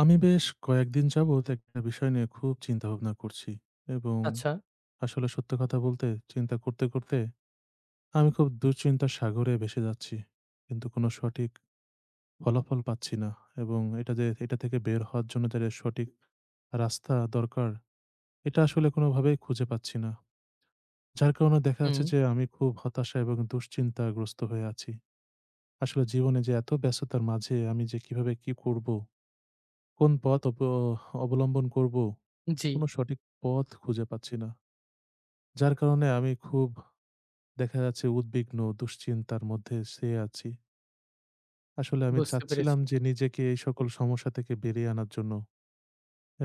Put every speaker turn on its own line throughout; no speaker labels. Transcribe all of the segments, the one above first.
আমি বেশ কয়েকদিন যাবৎ একটা বিষয় নিয়ে খুব চিন্তাভাবনা করছি এবং
আচ্ছা,
আসলে সত্য কথা বলতে চিন্তা করতে করতে আমি খুব দুশ্চিন্তার সাগরে ভেসে যাচ্ছি, কিন্তু কোনো সঠিক ফলাফল পাচ্ছি না। এবং এটা যে এটা থেকে বের হওয়ার জন্য যে সঠিক রাস্তা দরকার, এটা আসলে কোনোভাবেই খুঁজে পাচ্ছি না। যার কারণে দেখা
হুম,
যাচ্ছে যে আমি খুব হতাশা এবং দুশ্চিন্তাগ্রস্ত হয়ে আছি। আসলে জীবনে যে এত ব্যস্ততার মাঝে আমি যে কিভাবে কি করব, কোন পথ অবলম্বন করব,
জি,
কোনো সঠিক পথ খুঁজে পাচ্ছি না। যার কারণে আমি খুব দেখা যাচ্ছে উদ্বিগ্ন, দুশ্চিন্তার মধ্যে চেয়ে আছি। আসলে আমি
বুঝতে
চাচ্ছিলাম
পেরেছি।
যে নিজেকে এই সকল সমস্যা থেকে বেরিয়ে আনার জন্য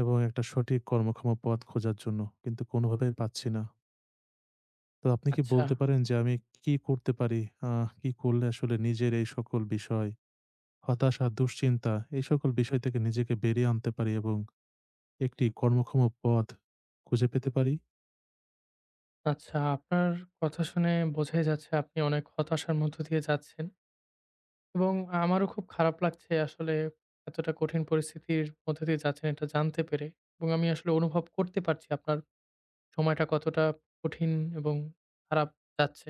এবং একটা সঠিক কর্মক্ষম পথ খোঁজার জন্য। কিন্তু কোনোভাবেই পাচ্ছি না। তো আপনি কি
আচ্ছা,
বলতে পারেন যে আমি কি করতে পারি? কি করলে আসলে নিজের এই সকল বিষয়, হতাশা, দুশ্চিন্তা এই সকল বিষয় থেকে নিজেকে বেরিয়ে আনতে পারি এবং একটি কর্মক্ষম পথ খুঁজে পেতে পারি?
আচ্ছা, আপনার কথা শুনে বোঝাই যাচ্ছে আপনি অনেক হতাশার মধ্য দিয়ে যাচ্ছেন এবং আমারও খুব খারাপ লাগছে আসলে এতটা কঠিন পরিস্থিতির মধ্যে দিয়ে যাচ্ছেন এটা জানতে পেরে এবং আমি আসলে অনুভব করতে পারছি আপনার সময়টা কতটা কঠিন এবং খারাপ যাচ্ছে।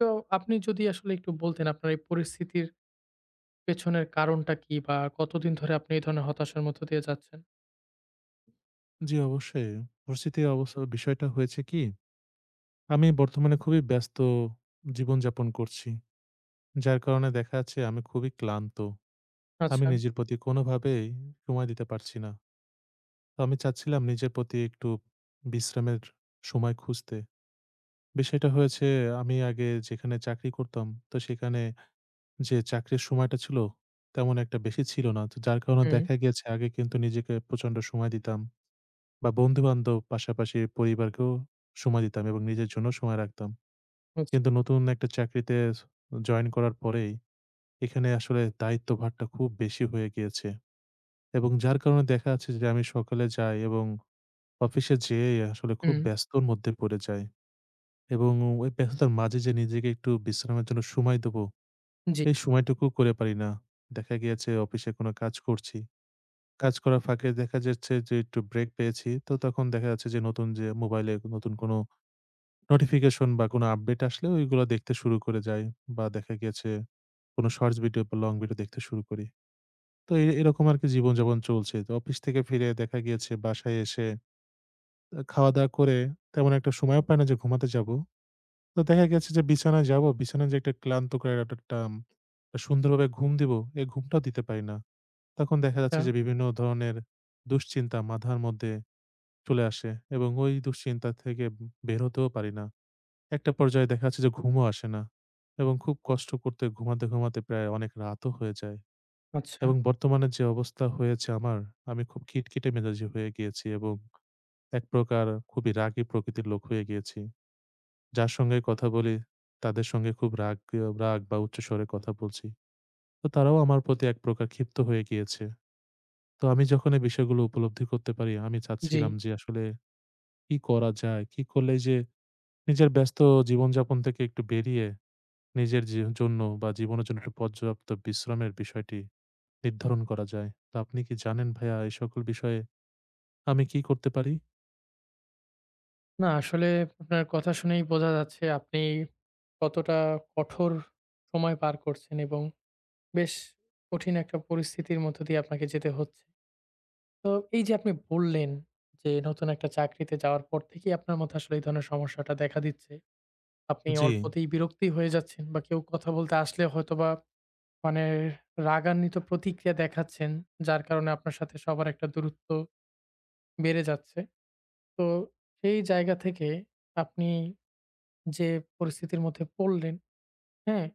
তো আপনি যদি আসলে একটু বলতেন আপনার এই পরিস্থিতির পেছনের কারণটা কি বা কতদিন ধরে আপনি এই ধরনের হতাশার মধ্য দিয়ে যাচ্ছেন?
জি, অবশ্যই। পরিস্থিতির অবস্থা বিষয়টা হয়েছে কি? আমি বর্তমানে খুবই ব্যস্ত জীবনযাপন করছি। যার কারণে দেখা যাচ্ছে আমি খুবই ক্লান্ত। আমি
আচ্ছা,
নিজের প্রতি কোনোভাবেই সময় দিতে পারছি না। তো আমি চাচ্ছিলাম নিজের প্রতি একটু বিশ্রামের সময় খুঁজতে। বিষয়টা হয়েছে, আমি আগে যেখানে চাকরি করতাম, তো সেখানে যে চাকরির সময়টা ছিল তেমন একটা বেশি ছিল না। তো যার কারণে
হুম,
দেখা গিয়েছে আগে কিন্তু নিজেকে প্রচন্ড সময় দিতাম। বা বন্ধু-বান্ধব, পাশাপাশি পরিবারকেও সময় দিতাম এবং নিজের জন্যও সময় রাখতাম।
আচ্ছা,
কিন্তু নতুন একটা চাকরিতে জয়েন করার পরেই এখানে আসলে দায়িত্বভারটা খুব বেশি হয়ে গিয়েছে। এবং যার কারণে দেখা যাচ্ছে যে আমি সকালে যাই এবং অফিসে যেয়েই আসলে খুব
হুম,
ব্যস্তর মধ্যে পড়ে যাই। এবং ওই ব্যস্ততার মাঝে যে নিজেকে একটু বিশ্রামের জন্য সময় দেব,
জি,
এই সময়টুকু করে পারি না। দেখা গিয়েছে অফিসে কোনো কাজ করছি। কাজ করার ফাঁকে দেখা যাচ্ছে যে একটু ব্রেক পেয়েছি। তো তখন দেখা যাচ্ছে যে নতুন যে মোবাইলে নতুন কোনো নোটিফিকেশন বা কোনো আপডেট আসলে ওইগুলো দেখতে শুরু করে যাই, বা দেখা গেছে কোনো শর্টস ভিডিও বা লং ভিডিও দেখতে শুরু করি। তো এরকম আরকি জীবনযাপন চলছে। তো অফিস থেকে ফিরে দেখা গিয়েছে বাসায় এসে খাওয়া-দাওয়া করে তেমন একটা সময়ও পাই না যে ঘুমাতে যাবো। তো দেখা গেছে যে বিছানায় যাবো, বিছানায় যে একটা ক্লান্তকর একটা টাম সুন্দরভাবে ঘুম দিবো, এই ঘুমটাও দিতে পারি না। তখন দেখা
আচ্ছা।
যাচ্ছে যে বিভিন্ন ধরনের দুশ্চিন্তা মাথার মধ্যে চলে আসে এবং ওই দুশ্চিন্তা থেকে বের হতেও পারি না। একটা পর্যায়ে দেখা যাচ্ছে যে ঘুমও আসে না এবং খুব কষ্ট করতে ঘুমাতে, ঘুমাতে প্রায় অনেক রাতও হয়ে যায়।
আচ্ছা,
এবং বর্তমানে যে অবস্থা হয়েছে আমার, আমি খুব খিটখিটে মেজাজি হয়ে গিয়েছি এবং এক প্রকার খুবই রাগী প্রকৃতির লোক হয়ে গিয়েছি। যার সঙ্গে কথা বলি, তাদের সঙ্গে খুব রাগ রাগ বা উচ্চস্বরে কথা বলছি। তো তারাও আমার প্রতি এক প্রকার ক্ষিপ্ত হয়ে গিয়েছে। তো আমি যখন এই বিষয়গুলো উপলব্ধি করতে পারি, আমি
জি।
চাচ্ছিলাম যে আসলে কি করা যায়? কি করলে এই যে নিজের ব্যস্ত জীবনযাপন থেকে একটু বেরিয়ে নিজের জন্য বা জীবনের জন্য একটা পর্যাপ্ত বিশ্রামের বিষয়টি
হুম।
নির্ধারণ করা যায়। তো আপনি কি জানেন ভাইয়া এই সকল বিষয়ে আমি কি করতে পারি?
না আসলে আপনার কথা শুনেই বোঝা যাচ্ছে আপনি কতটা কঠোর সময় পার করছেন এবং বেশ কঠিন একটা পরিস্থিতির মধ্য দিয়ে আপনাকে যেতে হচ্ছে। তো এই যে আপনি বললেন যে নতুন একটা চাকরিতে যাওয়ার পর থেকেই আপনার মধ্যে আসলে এই ধরনের সমস্যাটা দেখা দিচ্ছে। আপনি
জি,
অল্পতেই বিরক্তি হয়ে যাচ্ছেন বা কেউ কথা বলতে আসলে হয়তোবা মানে রাগান্বিত প্রতিক্রিয়া দেখাচ্ছেন, যার কারণে আপনার সাথে সবার একটা দূরত্ব বেড়ে যাচ্ছে। তো সেই জায়গা থেকে আপনি যে পরিস্থিতির মধ্যে পড়লেন, হ্যাঁ?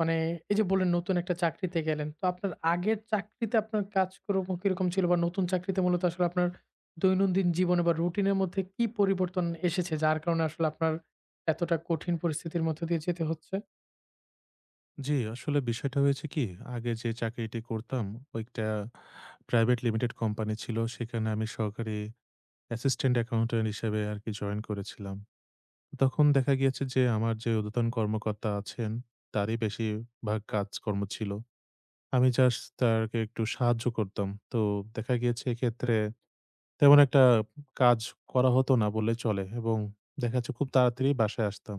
মানে এই যে বললেন নতুন একটা চাকরিতে গেলেন। তো আপনার আগের চাকরিতে আপনার কাজকর্ম কিরকম ছিল? বা নতুন চাকরিতে মূলত আসলে আপনার দৈনন্দিন জীবনে বা রুটিনের মধ্যে কি পরিবর্তন এসেছে? যার কারণে আসলে আপনার এতটা কঠিন পরিস্থিতির মধ্য দিয়ে যেতে হচ্ছে?
জি। আসলে বিষয়টা হয়েছে কি? আগে যে চাকরিটি করতাম ওইটা প্রাইভেট লিমিটেড কোম্পানি ছিল। সেখানে আমি সহকারী অ্যাসিস্ট্যান্ট অ্যাকাউন্টেন্ট হিসেবে আরকি জয়েন করেছিলাম। তখন দেখা গিয়েছে যে আমার যে ঊর্ধ্বতন কর্মকর্তা আছেন তারই বেশিরভাগ কাজকর্ম ছিল। আমি জাস্ট তাকে একটু সাহায্য করতাম। তো দেখা গিয়েছে এক্ষেত্রে তেমন একটা কাজ করা হতো না বললে চলে, এবং দেখা যাচ্ছে খুব তাড়াতাড়ি বাসায় আসতাম।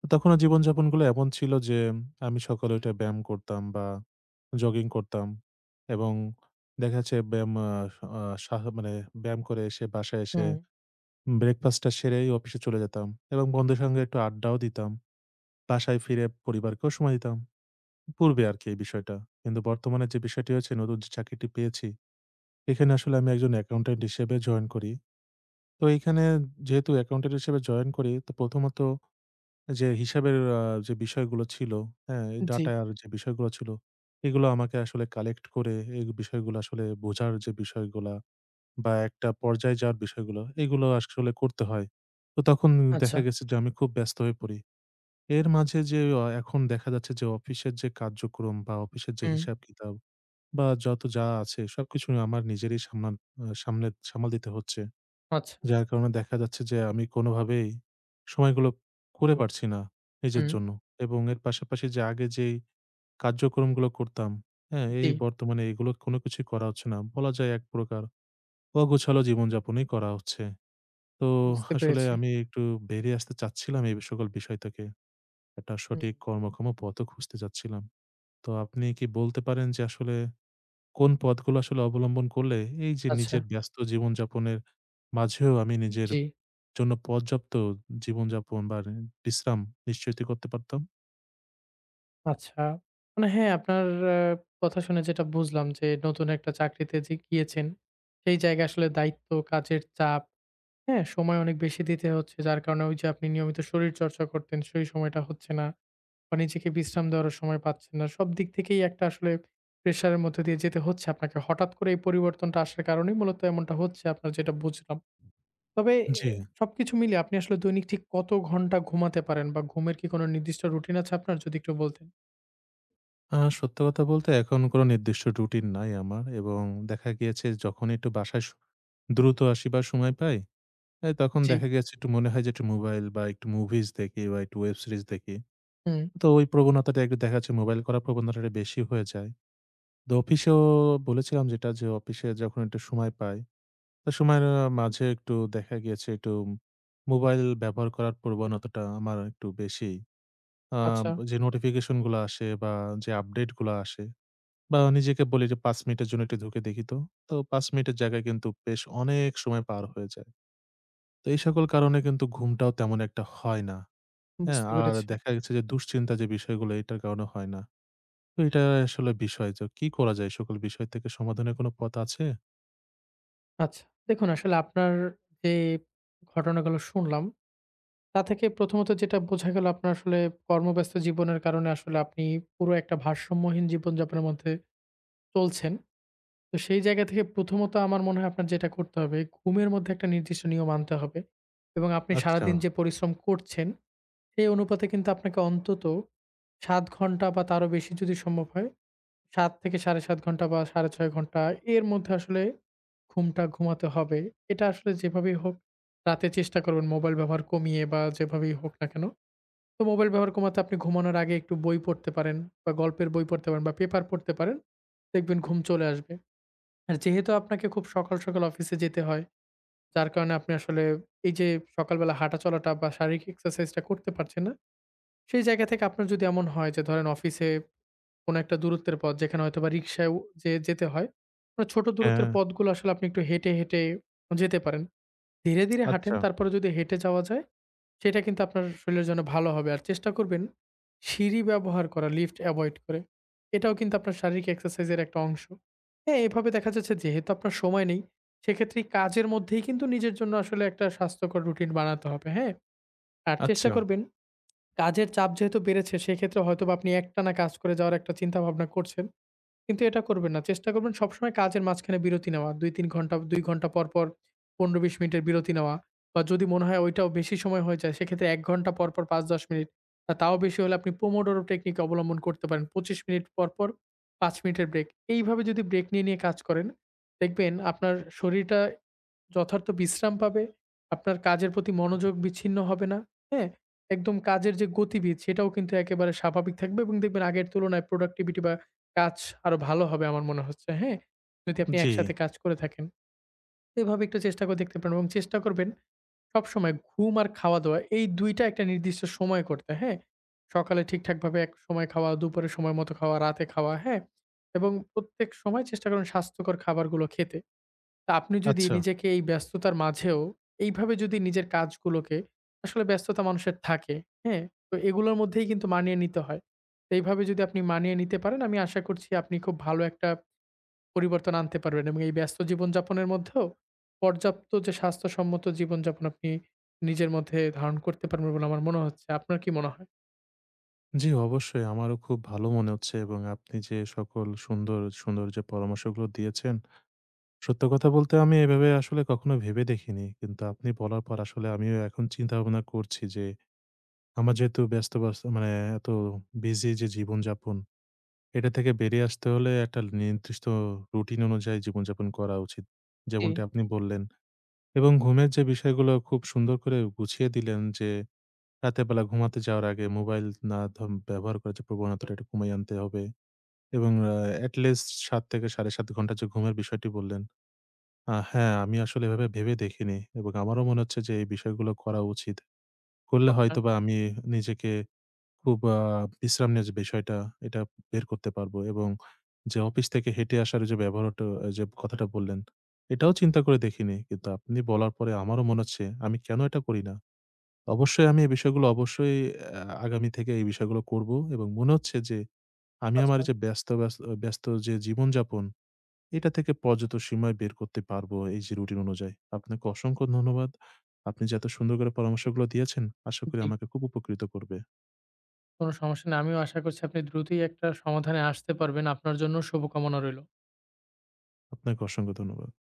তো তখনও জীবনযাপনগুলো এমন ছিল যে আমি সকালে উঠে ব্যায়াম করতাম বা জগিং করতাম এবং দেখা যাচ্ছে ব্যায়াম আ আ সাহ মানে ব্যায়াম করে এসে বাসায় এসে
হুম,
ব্রেকফাস্টটা সেরেই অফিসে চলে যেতাম এবং বন্ধুদের সঙ্গে একটু আড্ডাও দিতাম। বাসায় ফিরে পরিবারকেও সময় দিতাম। পূর্বে আরকি এই বিষয়টা। কিন্তু বর্তমানে যে বিষয়টি হয়েছে, নতুন যে চাকরিটি পেয়েছি, এখানে আসলে আমি একজন অ্যাকাউন্ট্যান্ট হিসেবে জয়েন করি। তো এইখানে যেহেতু অ্যাকাউন্টেন্ট হিসেবে জয়েন করি, তো প্রথমত যে হিসাবের যে বিষয়গুলো ছিল, হ্যাঁ? এই
জি,
ডাটার যে বিষয়গুলো ছিল, এগুলো আমাকে আসলে কালেক্ট করে এই বিষয়গুলো আসলে বোঝার যে বিষয়গুলা বা একটা পর্যায়ে যাওয়ার বিষয়গুলো, এগুলো আসলে করতে হয়। তো তখন
আচ্ছা,
দেখা গেছে যে আমি খুব ব্যস্ত হয়ে পড়ি। এর মাঝে যে অ এখন দেখা যাচ্ছে যে অফিসের যে কার্যক্রম বা অফিসের যে
হুম,
হিসাব-কিতাব বা যত যা আছে সবকিছু আমার নিজেরই সামলান আ সামলে সামাল দিতে হচ্ছে।
আচ্ছা,
যার কারণে দেখা যাচ্ছে যে আমি কোনোভাবেই সময়গুলো করে পারছি না নিজের
হুম,
জন্য। এবং এর পাশাপাশি যে আগে যেই কার্যক্রমগুলো করতাম, হ্যাঁ?
জি,
এই বর্তমানে এগুলো কোনো কিছুই করা হচ্ছে না। বলা যায় এক প্রকার অগোছালো জীবনযাপনই করা হচ্ছে। তো
বুঝতে
আসলে
পেরেছি।
আমি একটু বেরিয়ে আসতে চাচ্ছিলাম এই সকল বিষয় থেকে। একটা
হুম,
সঠিক কর্মক্ষম পথও খুঁজতে চাচ্ছিলাম। তো আপনি কি বলতে পারেন যে আসলে কোন পথগুলো আসলে অবলম্বন করলে এই যে
আচ্ছা,
নিজের ব্যস্ত জীবনযাপনের মাঝেও আমি নিজের
জি।
জন্য পর্যাপ্ত জীবনযাপন বা বিশ্রাম নিশ্চিত করতে পারতাম।
আচ্ছা। মানে হ্যাঁ, আপনার আ কথা শুনে যেটা বুঝলাম যে নতুন একটা চাকরিতে যে গিয়েছেন, সেই জায়গায় আসলে দায়িত্ব, কাজের চাপ, হ্যাঁ? সময় অনেক বেশি দিতে হচ্ছে। যার কারণে ওই যে আপনি নিয়মিত শরীরচর্চা করতেন, সেই সময়টা হচ্ছে না। বা নিজেকে বিশ্রাম দেওয়ারও সময় পাচ্ছেন না। সব দিক থেকেই একটা আসলে প্রেশারের মধ্য দিয়ে যেতে হচ্ছে আপনাকে। হঠাৎ করে এই পরিবর্তনটা আসার কারণেই মূলত এমনটা হচ্ছে আপনার যেটা বুঝলাম। তবে এ
জি।
সবকিছু মিলিয়ে আপনি আসলে দৈনিক ঠিক কত ঘন্টা ঘুমাতে পারেন বা ঘুমের কি কোনো নির্দিষ্ট রুটিন আছে আপনার? যদি একটু বলতেন।
সত্য কথা বলতে এখন কোনো নির্দিষ্ট রুটিন নাই আমার এবং দেখা গিয়েছে যখন একটু বাসায় দ্রুত আসি বা সময় পাই, তখন
জি।
দেখা গেছে একটু মনে হয় যে একটু মোবাইল বা একটু মুভিজ দেখি বা একটু ওয়েব সিরিজ দেখি।
হুম।
তো ওই প্রবণতাটা একটু দেখা যাচ্ছে মোবাইল করার প্রবণতাটা বেশি হয়ে যায়। তো অফিসেও বলেছিলাম যেটা যে অফিসে যখন একটু সময় পাই তো সময়ের মাঝে একটু দেখা গিয়েছে একটু মোবাইল ব্যবহার করার প্রবণতাটা আমার একটু বেশি। আ
আচ্ছা,
যে নোটিফিকেশন গুলো আসে বা যে আপডেট গুলো আসে বা নিজেকে বলি যে ৫ মিনিটের জন্য একটু ঢুকে দেখি তো। তো ৫ মিনিটের জায়গায় কিন্তু বেশ অনেক সময় পার হয়ে যায়। তো এই সকল কারণে কিন্তু ঘুমটাও তেমন একটা হয় না। হ্যাঁ?
বুঝতে
আর
পেরেছি।
দেখা গেছে যে দুশ্চিন্তা যে বিষয়গুলো এটার কারণে হয় না। তো এটা আসলে বিষয় যে কি করা যায়? এই সকল বিষয় থেকে সমাধানের কোনো পথ আছে?
আচ্ছা। দেখুন আসলে আপনার যে ঘটনাগুলো শুনলাম, তা থেকে প্রথমত যেটা বোঝা গেল আপনার আসলে কর্মব্যস্ত জীবনের কারণে আসলে আপনি পুরো একটা ভারসাম্যহীন জীবনযাপনের মধ্যে চলছেন। তো সেই জায়গা থেকে প্রথমত আমার মনে হয় আপনার যেটা করতে হবে, ঘুমের মধ্যে একটা নির্দিষ্ট নিয়ম আনতে হবে। এবং আপনি
আচ্ছা।
সারাদিন যে পরিশ্রম করছেন, সেই অনুপাতে কিন্তু আপনাকে অন্তত ৭ ঘন্টা বা তারও বেশি যদি সম্ভব হয় ৭ থেকে ৭.৫ ঘন্টা বা ৬.৫ ঘন্টা এর মধ্যে আসলে ঘুমটা ঘুমাতে হবে। এটা আসলে যেভাবেই হোক রাতে চেষ্টা করবেন মোবাইল ব্যবহার কমিয়ে বা যেভাবেই হোক না কেন। তো মোবাইল ব্যবহার কমাতে আপনি ঘুমানোর আগে একটু বই পড়তে পারেন বা গল্পের বই পড়তে পারেন বা পেপার পড়তে পারেন। দেখবেন ঘুম চলে আসবে। আর যেহেতু আপনাকে খুব সকাল, সকাল অফিসে যেতে হয়, যার কারণে আপনি আসলে এই যে সকালবেলা হাঁটা চলাটা বা শারীরিক এক্সারসাইজটা করতে পারছেন না, সেই জায়গা থেকে আপনার যদি এমন হয় যে ধরেন অফিসে কোনো একটা দূরত্বের পথ যেখানে হয়তোবা রিক্সায় যে যেতে হয়। মানে ছোট
হ্যাঁ,
দূরত্বের পথগুলো আসলে আপনি একটু হেঁটে, হেঁটে যেতে পারেন। ধীরে, ধীরে হাঁটেন
আচ্ছা,
তারপরে যদি হেঁটে যাওয়া যায় সেটা কিন্তু আপনার শরীরের জন্য ভালো হবে। আর চেষ্টা করবেন সিঁড়ি ব্যবহার করা, লিফট এভয়েড করে। এটাও কিন্তু আপনার শারীরিক এক্সারসাইজ এর একটা অংশ। হ্যাঁ, এভাবে দেখা যাচ্ছে যেহেতু আপনার সময় নেই সেক্ষেত্রে এই কাজের মধ্যেই কিন্তু নিজের জন্য আসলে একটা স্বাস্থ্যকর রুটিন বানাতে হবে, হ্যাঁ? আর চেষ্টা
আচ্ছা।
করবেন কাজের চাপ যেহেতু বেড়েছে সেক্ষেত্রে হয়তোবা আপনি একটানা কাজ করে যাওয়ার একটা চিন্তাভাবনা করছেন। কিন্তু এটা করবেন না। চেষ্টা করবেন সবসময় কাজের মাঝখানে বিরতি নেওয়া। ২-৩ ঘন্টা ২ ঘন্টা পর, পর ১৫-২০ মিনিটের বিরতি নেওয়া। বা যদি মনে হয় ওইটাও বেশি সময় হয়ে যায় সেক্ষেত্রে ১ ঘন্টা পর, পর ৫-১০ মিনিট। আর তাও বেশি হলে আপনি পোমোডোরো টেকনিক অবলম্বন করতে পারেন। ২৫ মিনিট পর, পর ৫ মিনিটের ব্রেক। এইভাবে যদি ব্রেক নিয়ে, নিয়ে কাজ করেন দেখবেন আপনার শরীরটা যথার্থ বিশ্রাম পাবে, আপনার কাজের প্রতি মনোযোগ বিচ্ছিন্ন হবে না, হ্যাঁ? একদম কাজের যে গতিবিধি সেটাও কিন্তু একেবারে স্বাভাবিক থাকবে এবং দেখবেন আগের তুলনায় productivity বা কাজ আরো ভালো হবে আমার মনে হচ্ছে, হ্যাঁ? যদি আপনি
জি।
একসাথে কাজ করে থাকেন। তো এভাবে একটু চেষ্টা করে দেখতে পারেন এবং চেষ্টা করবেন সবসময় ঘুম আর খাওয়া-দাওয়া এই ২ টা একটা নির্দিষ্ট সময় করতে, হ্যাঁ? সকালে ঠিকঠাকভাবে এক সময় খাওয়া, দুপুরে সময় মতো খাওয়া, রাতে খাওয়া, হ্যাঁ? এবং প্রত্যেক সময় চেষ্টা করুন স্বাস্থ্যকর খাবারগুলো খেতে। তা আপনি যদি
আচ্ছা।
নিজেকে এই ব্যস্ততার মাঝেও এইভাবে যদি নিজের কাজগুলোকে আসলে ব্যস্ততা মানুষের থাকে, হ্যাঁ? তো এগুলোর মধ্যেই কিন্তু মানিয়ে নিতে হয়। তো এইভাবে যদি আপনি মানিয়ে নিতে পারেন আমি আশা করছি আপনি খুব ভালো একটা পরিবর্তন আনতে পারবেন এবং এই ব্যস্ত জীবনযাপনের মধ্যেও পর্যাপ্ত যে স্বাস্থ্যসম্মত জীবনযাপন আপনি নিজের মধ্যে ধারণ করতে পারবেন বলে আমার মনে হচ্ছে। আপনার কি মনে হয়?
জি, অবশ্যই আমারও খুব ভালো মনে হচ্ছে এবং আপনি যে সকল সুন্দর, সুন্দর যে পরামর্শগুলো দিয়েছেন, সত্য কথা বলতে আমি এভাবে আসলে কখনো ভেবে দেখিনি। কিন্তু আপনি বলার পর আসলে আমিও এখন চিন্তা ভাবনা করছি যে আমার যেহেতু ব্যস্ত বাস মানে এত বিজি যে জীবনযাপন, এটা থেকে বেরিয়ে আসতে হলে একটা নির্দিষ্ট রুটিন অনুযায়ী জীবনযাপন করা উচিত।
জি,
যেমনটি আপনি বললেন এবং ঘুমের যে বিষয়গুলো খুব সুন্দর করে গুছিয়ে দিলেন যে রাতের বেলা ঘুমাতে যাওয়ার আগে মোবাইল না ধম ব্যবহার করার যে প্রবণতাটা এটা কমিয়ে আনতে হবে এবং এট লিস্ট ৭ থেকে ৭.৫ ঘন্টা যে ঘুমের বিষয়টি বললেন, হ্যাঁ, আমি আসলে এভাবে ভেবে দেখিনি এবং আমারও মনে হচ্ছে যে এই বিষয়গুলো করা উচিত। করলে
আপনার?
হয়তোবা আমি নিজেকে খুব আ বিশ্রাম নেওয়ার যে বিষয়টা এটা বের করতে পারবো এবং যে অফিস থেকে হেঁটে আসার যে ব্যবহারটা আহ, যে কথাটা বললেন, এটাও চিন্তা করে দেখিনি। কিন্তু আপনি বলার পরে আমারও মনে হচ্ছে আমি কেন এটা করি না? অবশ্যই আমি এই বিষয়গুলো অবশ্যই আ আগামী থেকে এই বিষয়গুলো করব এবং মনে হচ্ছে যে আমি আমার
আচ্ছা,
এই যে ব্যস্ত যে জীবনযাপন, এটা থেকে পর্যাপ্ত সীমায় বের করতে পারবো এই যে রুটিন অনুযায়ী। আপনাকে অসংখ্য ধন্যবাদ। আপনি যে এত সুন্দর করে পরামর্শগুলো দিয়েছেন, আশা করি
জি।
আমাকে খুব উপকৃত করবে।
কোনো সমস্যা নেই। আমিও আশা করছি আপনি দ্রুতই একটা সমাধানে আসতে পারবেন। আপনার জন্য শুভকামনা রইল।
আপনাকে অসংখ্য ধন্যবাদ।